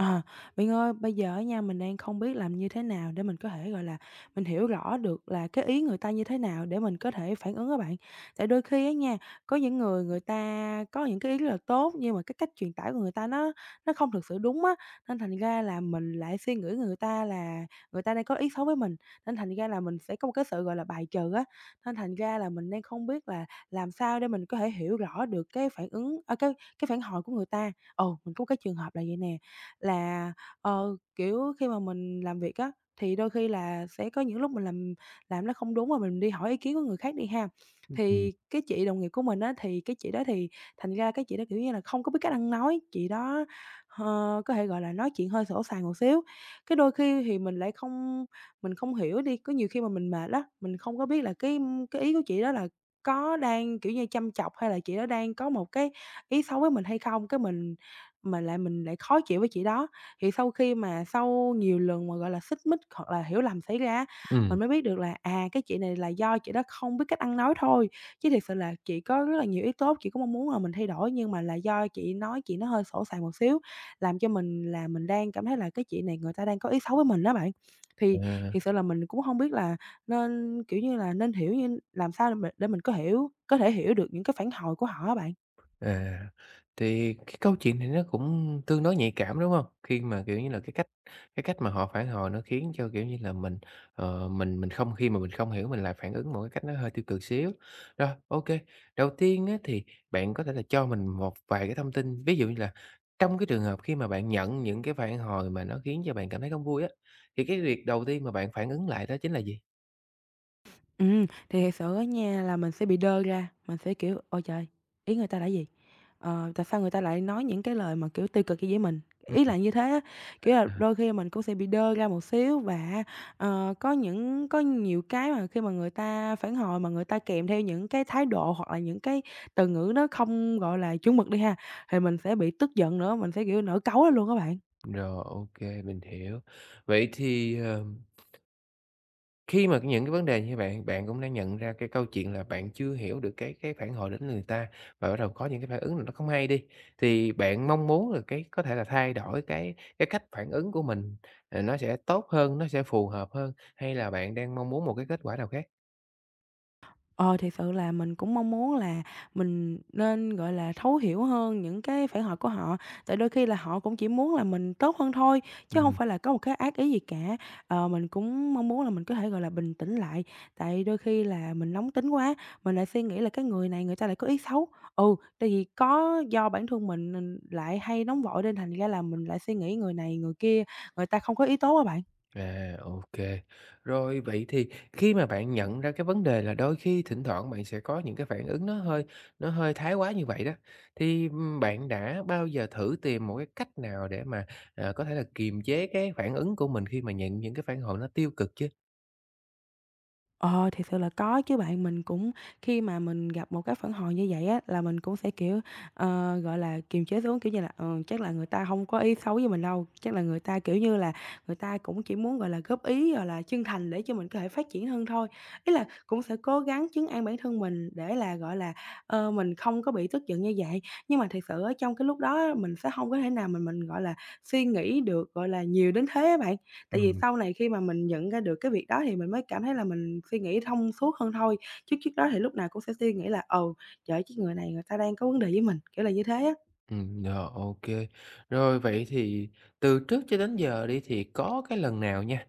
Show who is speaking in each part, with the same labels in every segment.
Speaker 1: À, bạn ơi, bây giờ á nha, mình đang không biết làm như thế nào để mình có thể, gọi là, mình hiểu rõ được là cái ý người ta như thế nào để mình có thể phản ứng á bạn. Tại đôi khi á nha, có những người người ta có những cái ý rất là tốt nhưng mà cái cách truyền tải của người ta nó không thực sự đúng á, nên thành ra là mình lại suy nghĩ người ta là người ta đang có ý xấu với mình, nên thành ra là mình sẽ có một cái sự, gọi là, bài trừ á. Nên thành ra là mình đang không biết là làm sao để mình có thể hiểu rõ được cái phản ứng, cái phản hồi của người ta. Ồ, mình có một cái trường hợp là vậy nè là, kiểu, khi mà mình làm việc á, thì đôi khi là sẽ có những lúc mình làm nó không đúng và mình đi hỏi ý kiến của người khác đi ha.
Speaker 2: Ừm,
Speaker 1: Thì cái chị đồng nghiệp của mình á, thì cái chị đó thì thành ra cái chị đó, kiểu như là, không có biết cách ăn nói, chị đó, có thể, gọi là, nói chuyện hơi sổ sàng một xíu. Cái đôi khi thì mình không hiểu đi, có nhiều khi mà mình mệt á, mình không có biết là cái ý của chị đó là có đang, kiểu như, chăm chọc hay là chị đó đang có một cái ý xấu với mình hay không, cái mình mà lại mình khó chịu với chị đó. Thì sau nhiều lần mà, gọi là, xích mích hoặc là hiểu lầm xảy ra á,
Speaker 2: ừm,
Speaker 1: mình mới biết được là, à, cái chị này là do chị đó không biết cách ăn nói thôi, chứ thiệt sự là chị có rất là nhiều ý tốt, chị có mong muốn là mình thay đổi nhưng mà là do chị nói chị nó hơi sổ sàng một xíu, làm cho mình là mình đang cảm thấy là cái chị này người ta đang có ý xấu với mình đó bạn. Thì
Speaker 2: à,
Speaker 1: thực sự là mình cũng không biết là nên, kiểu như là, nên hiểu như làm sao để mình có thể hiểu được những cái phản hồi của họ á bạn?
Speaker 2: à, thì cái câu chuyện này nó cũng tương đối nhạy cảm, đúng hông? Khi mà, kiểu như là, cái cách mà họ phản hồi nó khiến cho, kiểu như là, mình, mình không khi mà mình không hiểu mình lại phản ứng một cái cách nó hơi tiêu cực xíu. Rồi, ô kê, đầu tiên á thì bạn có thể là cho mình một vài cái thông tin, ví dụ như là trong cái trường hợp khi mà bạn nhận những cái phản hồi mà nó khiến cho bạn cảm thấy không vui á, thì cái việc đầu tiên mà bạn phản ứng lại đó chính là gì?
Speaker 1: Thì thiệt sự á nha là mình sẽ bị đơ ra, mình sẽ, kiểu, "Ôi trời! Ý người ta là gì? Ờ, tại sao người ta lại nói những cái lời mà, kiểu, tiêu cực như với mình?"
Speaker 2: Ừm,
Speaker 1: Ý là như thế á, kiểu là,
Speaker 2: à,
Speaker 1: đôi khi mình cũng sẽ bị đơ ra một xíu và có nhiều cái mà khi mà người ta phản hồi mà người ta kèm theo những cái thái độ hoặc là những cái từ ngữ nó không, gọi là, chuẩn mực đi ha, thì mình sẽ bị tức giận nữa, mình sẽ, kiểu, nổi cáu lên luôn các bạn.
Speaker 2: rồi, ô kê, mình hiểu. Vậy thì, khi mà những cái vấn đề như bạn, bạn cũng đã nhận ra cái câu chuyện là bạn chưa hiểu được cái phản hồi đến người ta và bắt đầu có những cái phản ứng là nó không hay đi, thì bạn mong muốn là cái có thể là thay đổi cái cách phản ứng của mình, nó sẽ tốt hơn, nó sẽ phù hợp hơn, hay là bạn đang mong muốn một cái kết quả nào khác?
Speaker 1: Ờ, thì sự là mình cũng mong muốn là mình nên, gọi là, thấu hiểu hơn những cái phản hồi của họ, tại đôi khi là họ cũng chỉ muốn là mình tốt hơn thôi, chứ không phải là có một cái ác ý gì cả. Ờ, mình cũng mong muốn là mình có thể, gọi là, bình tĩnh lại, tại đôi khi là mình nóng tính quá, mình lại suy nghĩ là cái người này người ta lại có ý xấu. Ừ, tại vì có do bản thân mình lại hay nóng vội nên thành ra là mình lại suy nghĩ người này người kia, người ta không có ý tốt á bạn.
Speaker 2: À, ô, rồi vậy thì khi mà bạn nhận ra cái vấn đề là đôi khi thỉnh thoảng bạn sẽ có những cái phản ứng nó hơi thái quá như vậy đó, thì, bạn đã bao giờ thử tìm một cái cách nào để mà, có thể là kiềm chế cái phản ứng của mình khi mà nhận những cái phản hồi nó tiêu cực chưa?
Speaker 1: Ờ, thì sự là có chứ bạn. Mình cũng khi mà mình gặp một cái phản hồi như vậy á, là mình cũng sẽ, kiểu, gọi là, kiềm chế xuống, kiểu như là, ờ, chắc là người ta không có ý xấu với mình đâu, chắc là người ta, kiểu như là, người ta cũng chỉ muốn, gọi là, góp ý, gọi là, chân thành để cho mình có thể phát triển hơn thôi. Ý là cũng sẽ cố gắng trấn an bản thân mình để là, gọi là, mình không có bị tức giận như vậy. Nhưng mà thiệt sự ở trong cái lúc đó á, mình sẽ không có thể nào mình, gọi là, suy nghĩ được, gọi là, nhiều đến thế á bạn. Tại vì sau này khi mà mình nhận ra được cái việc đó thì mình mới cảm thấy là mình suy nghĩ thông suốt hơn thôi, chứ trước đó thì lúc nào cũng sẽ suy nghĩ là, ừ, "Trời ơi, cái người này người ta đang có vấn đề với mình", kiểu là như thế á.
Speaker 2: Rồi, ok, rồi vậy thì từ trước cho đến giờ đi thì có cái lần nào nha,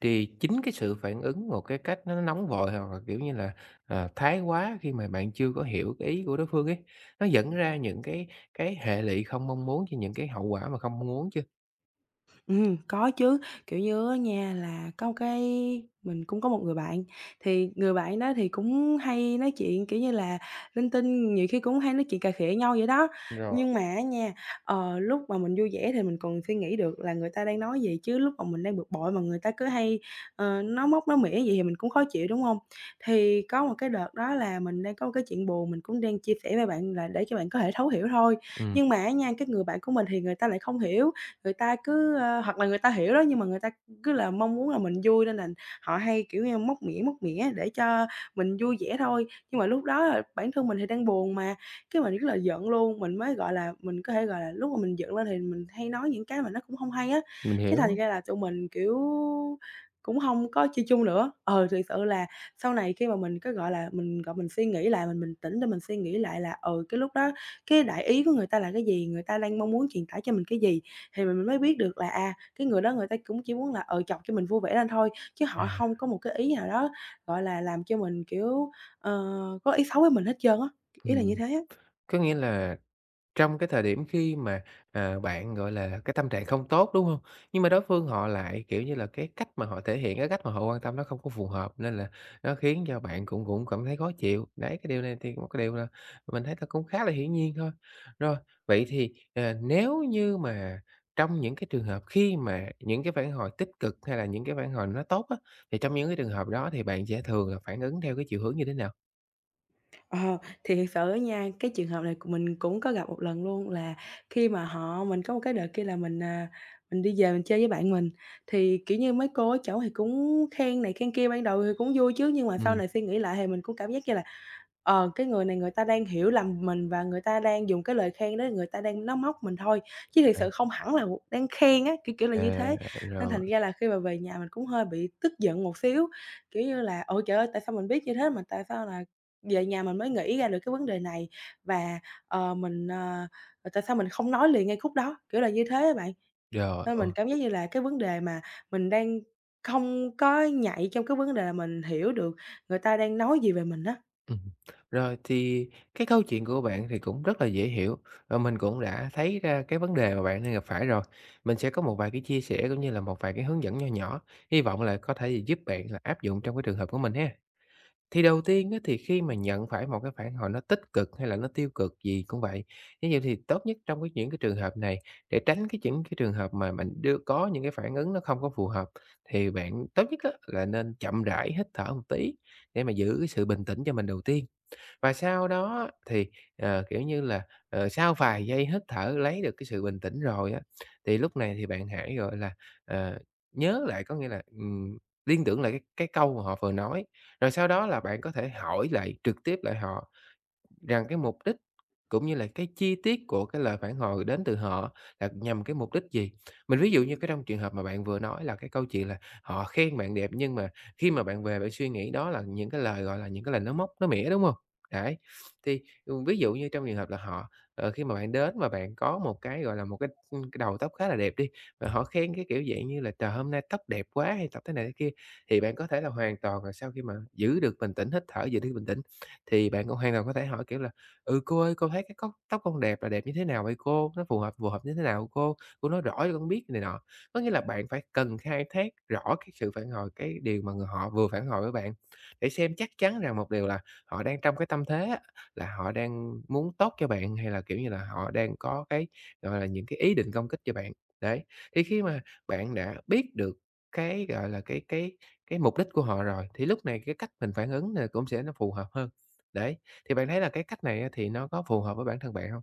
Speaker 2: thì chính cái sự phản ứng một cái cách nó nóng vội hoặc là, kiểu như là, thái quá khi mà bạn chưa có hiểu cái ý của đối phương ấy, nó dẫn ra những cái hệ lụy không mong muốn cho những cái hậu quả mà không mong muốn chưa?
Speaker 1: Có chứ, kiểu như á nha là có một cái mình cũng có một người bạn, thì người bạn đó thì cũng hay nói chuyện, kiểu như là, linh tinh, nhiều khi cũng hay nói chuyện cà khịa nhau vậy đó.
Speaker 2: Rồi.
Speaker 1: Nhưng mà á nha, ờ, lúc mà mình vui vẻ thì mình còn suy nghĩ được là người ta đang nói gì, chứ lúc mà mình đang bực bội mà người ta cứ hay, nói móc nói mỉa vậy thì mình cũng khó chịu, đúng không? Thì có một cái đợt đó là mình đang có một cái chuyện buồn, mình cũng đang chia sẻ với bạn là để cho bạn có thể thấu hiểu thôi.
Speaker 2: Ừm,
Speaker 1: Nhưng mà á nha, cái người bạn của mình thì người ta lại không hiểu, người ta cứ, hoặc là người ta hiểu đó, nhưng mà người ta cứ là mong muốn là mình vui nên là họ hay, kiểu như, móc mỉa để cho mình vui vẻ thôi. Nhưng mà lúc đó là bản thân mình thì đang buồn mà, cái mình rất là giận luôn, mình mới, gọi là, lúc mà mình giận lên thì mình hay nói những cái mà nó cũng không hay á,
Speaker 2: mình
Speaker 1: cái thành
Speaker 2: hiểu.
Speaker 1: ra là tụi mình, kiểu, cũng không có chơi chung nữa. Ờ Thực sự là sau này khi mà mình có, gọi là, mình, gọi, mình suy nghĩ lại, mình bình tĩnh để mình suy nghĩ lại là, ừ, cái lúc đó cái đại ý của người ta là cái gì, người ta đang mong muốn truyền tải cho mình cái gì thì mình mới biết được là, à, cái người đó người ta cũng chỉ muốn là, ừ, chọc cho mình vui vẻ lên thôi, chứ họ
Speaker 2: À.
Speaker 1: không có một cái ý nào đó, gọi là, làm cho mình, kiểu, ờ, có ý xấu với mình hết trơn á, ý là như
Speaker 2: Ừm,
Speaker 1: thế á.
Speaker 2: có nghĩa là trong cái thời điểm khi mà, bạn, gọi là, cái tâm trạng không tốt, đúng không? Nhưng mà đối phương họ lại, kiểu như là, cái cách mà họ thể hiện, cái cách mà họ quan tâm nó không có phù hợp nên là nó khiến cho bạn cũng cũng cảm thấy khó chịu. Đấy, cái điều này thì một cái điều là mình thấy là cũng khá là hiển nhiên thôi. Rồi, vậy thì, nếu như mà trong những cái trường hợp khi mà những cái phản hồi tích cực hay là những cái phản hồi nó tốt á, thì trong những cái trường hợp đó thì bạn sẽ thường là phản ứng theo cái chiều hướng như thế nào?
Speaker 1: Ờ, thì thật sự á nha, cái trường hợp này của mình cũng có gặp một lần luôn là khi mà mình có một cái đợt kia là mình, à, mình đi về mình chơi với bạn mình, thì, kiểu như, mấy cô ở chỗ thì cũng khen này khen kia, ban đầu thì cũng vui chứ, nhưng mà sau
Speaker 2: Ừm.
Speaker 1: này suy nghĩ lại thì mình cũng cảm giác như là, cái người này người ta đang hiểu lầm mình và người ta đang dùng cái lời khen đó người ta đang nó móc mình thôi, chứ thực
Speaker 2: À,
Speaker 1: sự không hẳn là đang khen á, kiểu, kiểu là như
Speaker 2: à,
Speaker 1: thế. Nên
Speaker 2: rồi,
Speaker 1: thành ra là khi mà về nhà mình cũng hơi bị tức giận một xíu, kiểu như là ôi trời ơi, tại sao mình biết như thế mà tại sao là về nhà mình mới nghĩ ra được cái vấn đề này và, ờ, mình, ờ, tại sao mình không nói liền ngay khúc đó, kiểu là như thế á bạn.
Speaker 2: rồi,
Speaker 1: Nên mình cảm giác như là cái vấn đề mà mình đang không có nhạy trong cái vấn đề là mình hiểu được người ta đang nói gì về mình á.
Speaker 2: ừm, rồi thì cái câu chuyện của bạn thì cũng rất là dễ hiểu và mình cũng đã thấy ra cái vấn đề mà bạn đang gặp phải rồi. Mình sẽ có một vài cái chia sẻ cũng như là một vài cái hướng dẫn nho nhỏ, hy vọng là có thể giúp bạn là áp dụng trong cái trường hợp của mình ha. Thì đầu tiên á, thì khi mà nhận phải một cái phản hồi nó tích cực hay là nó tiêu cực gì cũng vậy, như vậy thì tốt nhất trong cái những cái trường hợp này để tránh cái những cái trường hợp mà mình đưa có những cái phản ứng nó không có phù hợp thì bạn tốt nhất á, là nên chậm rãi hít thở một tí để mà giữ cái sự bình tĩnh cho mình đầu tiên và sau đó thì, kiểu như là, sau vài giây hít thở lấy được cái sự bình tĩnh rồi á, thì lúc này thì bạn hãy, gọi là, ờ, nhớ lại, có nghĩa là, liên tưởng lại cái câu mà họ vừa nói, rồi sau đó là bạn có thể hỏi lại, trực tiếp lại họ rằng cái mục đích cũng như là cái chi tiết của cái lời phản hồi đến từ họ là nhằm cái mục đích gì. Mình ví dụ như cái trong trường hợp mà bạn vừa nói là cái câu chuyện là họ khen bạn đẹp, nhưng mà khi mà bạn về bạn suy nghĩ đó là những cái lời, gọi là, những cái lời nó móc, nó mỉa, đúng không? Đấy, thì, ví dụ như trong trường hợp là họ, khi mà bạn đến mà bạn có một cái, gọi là, một cái, cái đầu tóc khá là đẹp đi, và họ khen cái kiểu dạng như là "Trời, hôm nay tóc đẹp quá" hay tóc thế này thế kia, thì bạn có thể là hoàn toàn là sau khi mà giữ được bình tĩnh, hít thở, giữ được bình tĩnh thì bạn cũng hoàn toàn có thể hỏi, kiểu là "Ừ, cô ơi, cô thấy cái cóc tóc con đẹp là đẹp như thế nào vậy cô? Nó phù hợp như thế nào cô? Cô nói rõ cho con biết" này nọ. Có nghĩa là bạn phải cần khai thác rõ cái sự phản hồi, cái điều mà người họ vừa phản hồi với bạn, để xem chắc chắn rằng một điều là họ đang trong cái tâm thế á, là họ đang muốn tốt cho bạn, hay là, kiểu như là, họ đang có cái, gọi là, những cái ý định công kích cho bạn. Đấy, thì khi mà bạn đã biết được cái, gọi là, cái mục đích của họ rồi, thì lúc này cái cách mình phản ứng nè cũng sẽ nó phù hợp hơn. Đấy, thì bạn thấy là cái cách này á, thì nó có phù hợp với bản thân bạn hông?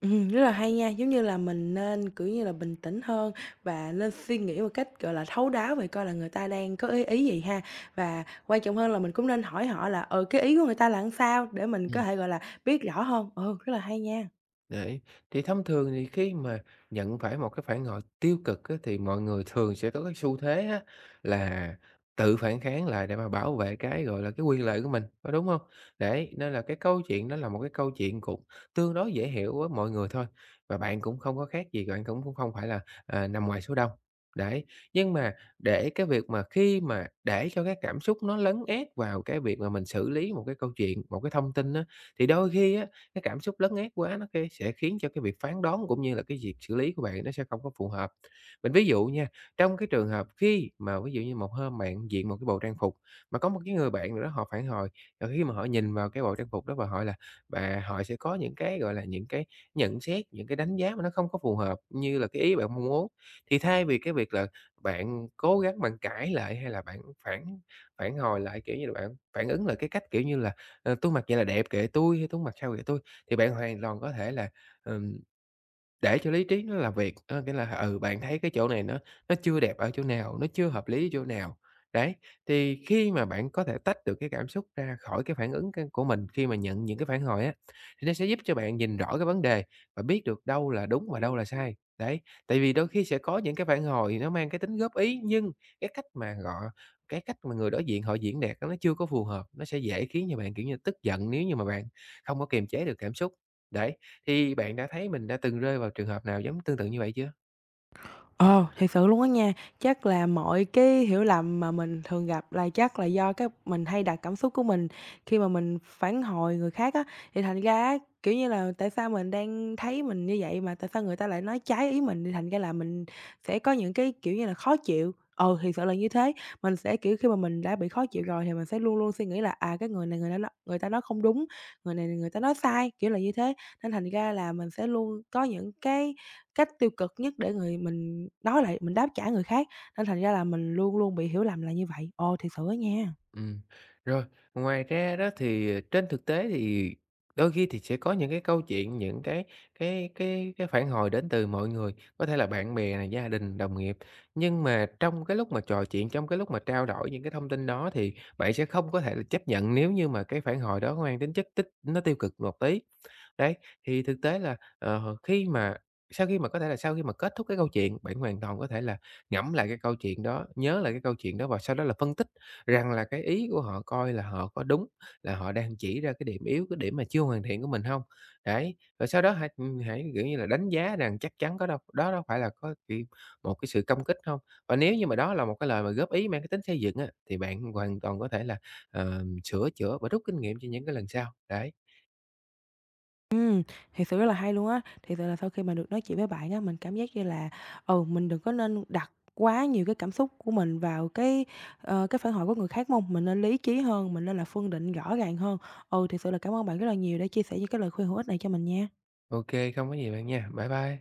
Speaker 1: Rất là hay nha, giống như là mình nên, kiểu như là, bình tĩnh hơn và nên suy nghĩ một cách, gọi là, thấu đáo về coi là người ta đang có ý ý gì ha. Và quan trọng hơn là mình cũng nên hỏi họ là, ừ, cái ý của người ta là sao để mình có thể, gọi là, biết rõ hơn. Ừ, rất là hay nha.
Speaker 2: Đấy, thì thông thường thì khi mà nhận phải một cái phản hồi tiêu cực á, thì mọi người thường sẽ có cái xu thế á, là tự phản kháng lại để mà bảo vệ cái, gọi là, cái quyền lợi của mình, có đúng không? Đấy, nên là cái câu chuyện đó là một cái câu chuyện cũng tương đối dễ hiểu với mọi người thôi, và bạn cũng không có khác gì, bạn cũng cũng không phải là, nằm ngoài số đông. Đấy, nhưng mà để cái việc mà khi mà để cho cái cảm xúc nó lấn át vào cái việc mà mình xử lý một cái câu chuyện, một cái thông tin á, thì đôi khi á cái cảm xúc lấn át quá nó kê sẽ khiến cho cái việc phán đoán cũng như là cái việc xử lý của bạn nó sẽ không có phù hợp. Mình ví dụ nha, trong cái trường hợp khi mà ví dụ như một hôm bạn diện một cái bộ trang phục, mà có một cái người bạn nào đó họ phản hồi, và khi mà họ nhìn vào cái bộ trang phục đó và họ sẽ có những cái, gọi là, những cái nhận xét, những cái đánh giá mà nó không có phù hợp như là cái ý bạn mong muốn. Thì thay vì cái việc là bạn cố gắng bạn cãi lại hay là bạn phản phản hồi lại, kiểu như là, bạn phản ứng lại cái cách, kiểu như là "Ờ, tui mặc vậy là đẹp, kệ tôi", hay "Tui mặc sao kệ tôi", thì bạn hoàn toàn có thể là, ừm, để cho lý trí nó làm việc, nghĩa là, bạn thấy cái chỗ này nó chưa đẹp ở chỗ nào, nó chưa hợp lý ở chỗ nào. Đấy, thì khi mà bạn có thể tách được cái cảm xúc ra khỏi cái phản ứng c của mình khi mà nhận những cái phản hồi á, thì nó sẽ giúp cho bạn nhìn rõ cái vấn đề và biết được đâu là đúng và đâu là sai. Đấy, tại vì đôi khi sẽ có những cái phản hồi nó mang cái tính góp ý, nhưng cái cách mà gọ cái cách mà người đối diện họ diễn đạt nó chưa có phù hợp, nó sẽ dễ khiến cho bạn, kiểu như, tức giận nếu như mà bạn không có kiềm chế được cảm xúc. Đấy, thì bạn đã thấy mình đã từng rơi vào trường hợp nào giống tương tự như vậy chưa?
Speaker 1: Ờ, thiệt sự luôn á nha. Chắc là mọi cái hiểu lầm mà mình thường gặp là chắc là do cái mình hay đặt cảm xúc của mình khi mà mình phản hồi người khác á, thì thành ra á, kiểu như là, tại sao mình đang thấy mình như vậy mà tại sao người ta lại nói trái ý mình, thì thành ra là mình sẽ có những cái, kiểu như là, khó chịu. Ừ, thì sợ là như thế. Mình sẽ, kiểu, khi mà mình đã bị khó chịu rồi thì mình sẽ luôn luôn suy nghĩ là, à, cái người này người ta nói không đúng, người này người ta nói sai, kiểu là như thế. Nên thành ra là mình sẽ luôn có những cái cách tiêu cực nhất để mình nói lại mình đáp trả người khác, nên thành ra là mình luôn luôn bị hiểu lầm là như vậy. Ồ, thiệt sự á nha.
Speaker 2: Ừm, rồi, ngoài ra đó thì, trên thực tế thì đôi khi thì sẽ có những cái câu chuyện, những cái phản hồi đến từ mọi người, có thể là bạn bè này, gia đình, đồng nghiệp. Nhưng mà trong cái lúc mà trò chuyện, trong cái lúc mà trao đổi những cái thông tin đó thì bạn sẽ không có thể là chấp nhận nếu như mà cái phản hồi đó mang tính chất nó tiêu cực một tí. Đấy, thì thực tế là, khi mà sau khi mà có thể là sau khi mà kết thúc cái câu chuyện, bạn hoàn toàn có thể là ngẫm lại cái câu chuyện đó, nhớ lại cái câu chuyện đó và sau đó là phân tích rằng là cái ý của họ coi là họ có đúng, là họ đang chỉ ra cái điểm yếu, cái điểm mà chưa hoàn thiện của mình không. Đấy, rồi sau đó hãy, hãy, kiểu như là, đánh giá rằng chắc chắn có đâu đó đâu phải là có chuyện một cái sự công kích không. Và nếu như mà đó là một cái lời mà góp ý mang cái tính xây dựng á, thì bạn hoàn toàn có thể là, sửa chữa và rút kinh nghiệm cho những cái lần sau. Đấy,
Speaker 1: Ừm, thiệt sự rất là hay luôn á. Thiệt sự là sau khi mà được nói chuyện với bạn á, mình cảm giác như là, ừ, mình đừng có nên đặt quá nhiều cái cảm xúc của mình vào cái, cái phản hồi của người khác, đúng. Mình nên lý trí hơn, mình nên là phân định rõ ràng hơn. Ừ, thiệt sự là cảm ơn bạn rất là nhiều đã chia sẻ những cái lời khuyên hữu ích này cho mình nha.
Speaker 2: ok không có gì bạn nha. Bye bye.